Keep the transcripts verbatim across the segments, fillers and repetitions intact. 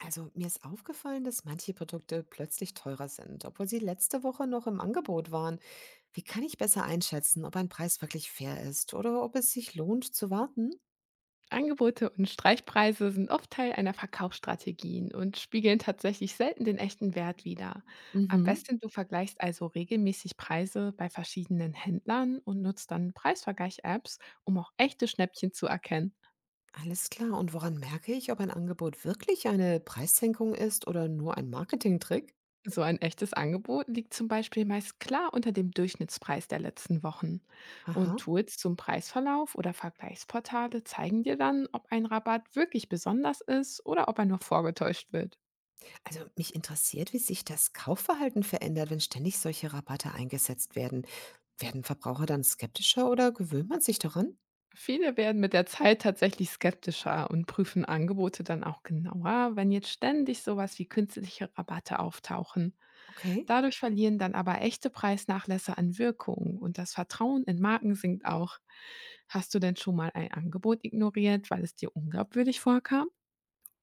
Also mir ist aufgefallen, dass manche Produkte plötzlich teurer sind, obwohl sie letzte Woche noch im Angebot waren. Wie kann ich besser einschätzen, ob ein Preis wirklich fair ist oder ob es sich lohnt zu warten? Angebote und Streichpreise sind oft Teil einer Verkaufsstrategien und spiegeln tatsächlich selten den echten Wert wider. Am Mhm. besten du vergleichst also regelmäßig Preise bei verschiedenen Händlern und nutzt dann Preisvergleich-Apps, um auch echte Schnäppchen zu erkennen. Alles klar. Und woran merke ich, ob ein Angebot wirklich eine Preissenkung ist oder nur ein Marketingtrick? So ein echtes Angebot liegt zum Beispiel meist klar unter dem Durchschnittspreis der letzten Wochen. Und Aha. Tools zum Preisverlauf oder Vergleichsportale zeigen dir dann, ob ein Rabatt wirklich besonders ist oder ob er nur vorgetäuscht wird. Also mich interessiert, wie sich das Kaufverhalten verändert, wenn ständig solche Rabatte eingesetzt werden. Werden Verbraucher dann skeptischer oder gewöhnt man sich daran? Viele werden mit der Zeit tatsächlich skeptischer und prüfen Angebote dann auch genauer, wenn jetzt ständig sowas wie künstliche Rabatte auftauchen. Okay. Dadurch verlieren dann aber echte Preisnachlässe an Wirkung und das Vertrauen in Marken sinkt auch. Hast du denn schon mal ein Angebot ignoriert, weil es dir unglaubwürdig vorkam?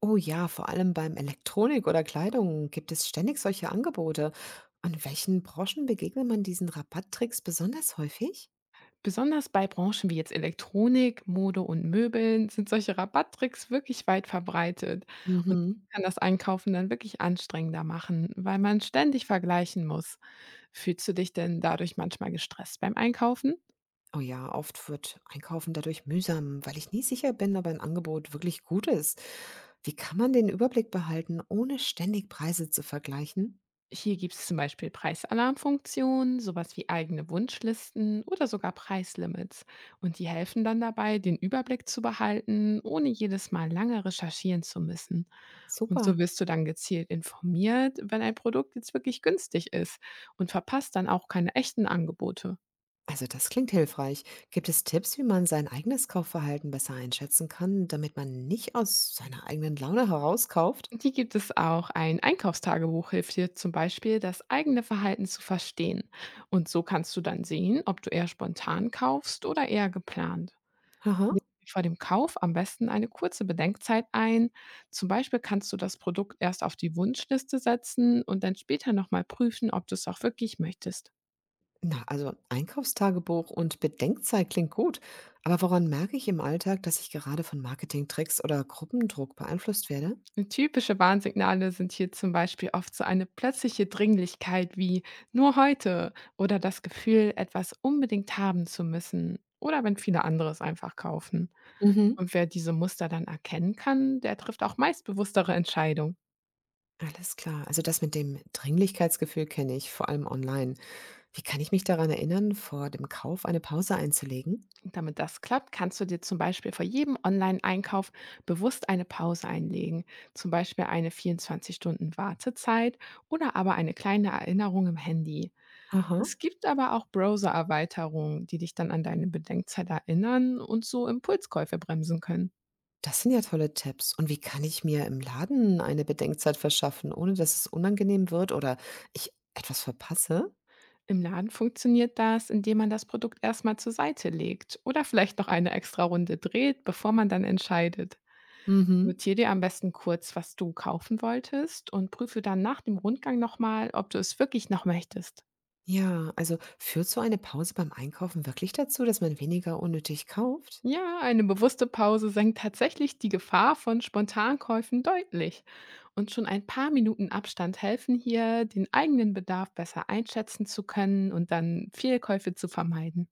Oh ja, vor allem beim Elektronik oder Kleidung gibt es ständig solche Angebote. An welchen Branchen begegnet man diesen Rabatttricks besonders häufig? Besonders bei Branchen wie jetzt Elektronik, Mode und Möbeln sind solche Rabatttricks wirklich weit verbreitet und Mhm. kann das Einkaufen dann wirklich anstrengender machen, weil man ständig vergleichen muss. Fühlst du dich denn dadurch manchmal gestresst beim Einkaufen? Oh ja, oft wird Einkaufen dadurch mühsam, weil ich nie sicher bin, ob ein Angebot wirklich gut ist. Wie kann man den Überblick behalten, ohne ständig Preise zu vergleichen? Hier gibt es zum Beispiel Preisalarmfunktionen, sowas wie eigene Wunschlisten oder sogar Preislimits. Und die helfen dann dabei, den Überblick zu behalten, ohne jedes Mal lange recherchieren zu müssen. Und so Super. wirst du dann gezielt informiert, wenn ein Produkt jetzt wirklich günstig ist und verpasst dann auch keine echten Angebote. Also das klingt hilfreich. Gibt es Tipps, wie man sein eigenes Kaufverhalten besser einschätzen kann, damit man nicht aus seiner eigenen Laune herauskauft? Die gibt es auch. Ein Einkaufstagebuch hilft dir zum Beispiel, das eigene Verhalten zu verstehen. Und so kannst du dann sehen, ob du eher spontan kaufst oder eher geplant. Haha. Ja, vor dem Kauf am besten eine kurze Bedenkzeit ein. Zum Beispiel kannst du das Produkt erst auf die Wunschliste setzen und dann später nochmal prüfen, ob du es auch wirklich möchtest. Na, also Einkaufstagebuch und Bedenkzeit klingt gut, aber woran merke ich im Alltag, dass ich gerade von Marketingtricks oder Gruppendruck beeinflusst werde? Typische Warnsignale sind hier zum Beispiel oft so eine plötzliche Dringlichkeit wie nur heute oder das Gefühl, etwas unbedingt haben zu müssen oder wenn viele andere es einfach kaufen. Mhm. Und wer diese Muster dann erkennen kann, der trifft auch meist bewusstere Entscheidungen. Alles klar, also das mit dem Dringlichkeitsgefühl kenne ich, vor allem online. Wie kann ich mich daran erinnern, vor dem Kauf eine Pause einzulegen? Und damit das klappt, kannst du dir zum Beispiel vor jedem Online-Einkauf bewusst eine Pause einlegen, zum Beispiel eine vierundzwanzig-Stunden-Wartezeit oder aber eine kleine Erinnerung im Handy. Aha, Es gibt aber auch Browser-Erweiterungen, die dich dann an deine Bedenkzeit erinnern und so Impulskäufe bremsen können. das sind ja tolle Tipps. Und wie kann ich mir im Laden eine Bedenkzeit verschaffen, ohne dass es unangenehm wird oder ich etwas verpasse? Im Laden funktioniert das, indem man das Produkt erstmal zur Seite legt oder vielleicht noch eine extra Runde dreht, bevor man dann entscheidet. Mhm. Notier dir am besten kurz, was du kaufen wolltest und prüfe dann nach dem Rundgang nochmal, ob du es wirklich noch möchtest. Ja, also führt so eine Pause beim Einkaufen wirklich dazu, dass man weniger unnötig kauft? Ja, eine bewusste Pause senkt tatsächlich die Gefahr von Spontankäufen deutlich. Und schon ein paar Minuten Abstand helfen hier, den eigenen Bedarf besser einschätzen zu können und dann Fehlkäufe zu vermeiden.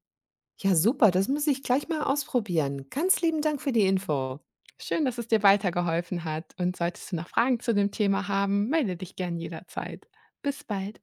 Ja, super, das muss ich gleich mal ausprobieren. Ganz lieben Dank für die Info. Schön, dass es dir weitergeholfen hat. Und solltest du noch Fragen zu dem Thema haben, melde dich gern jederzeit. Bis bald.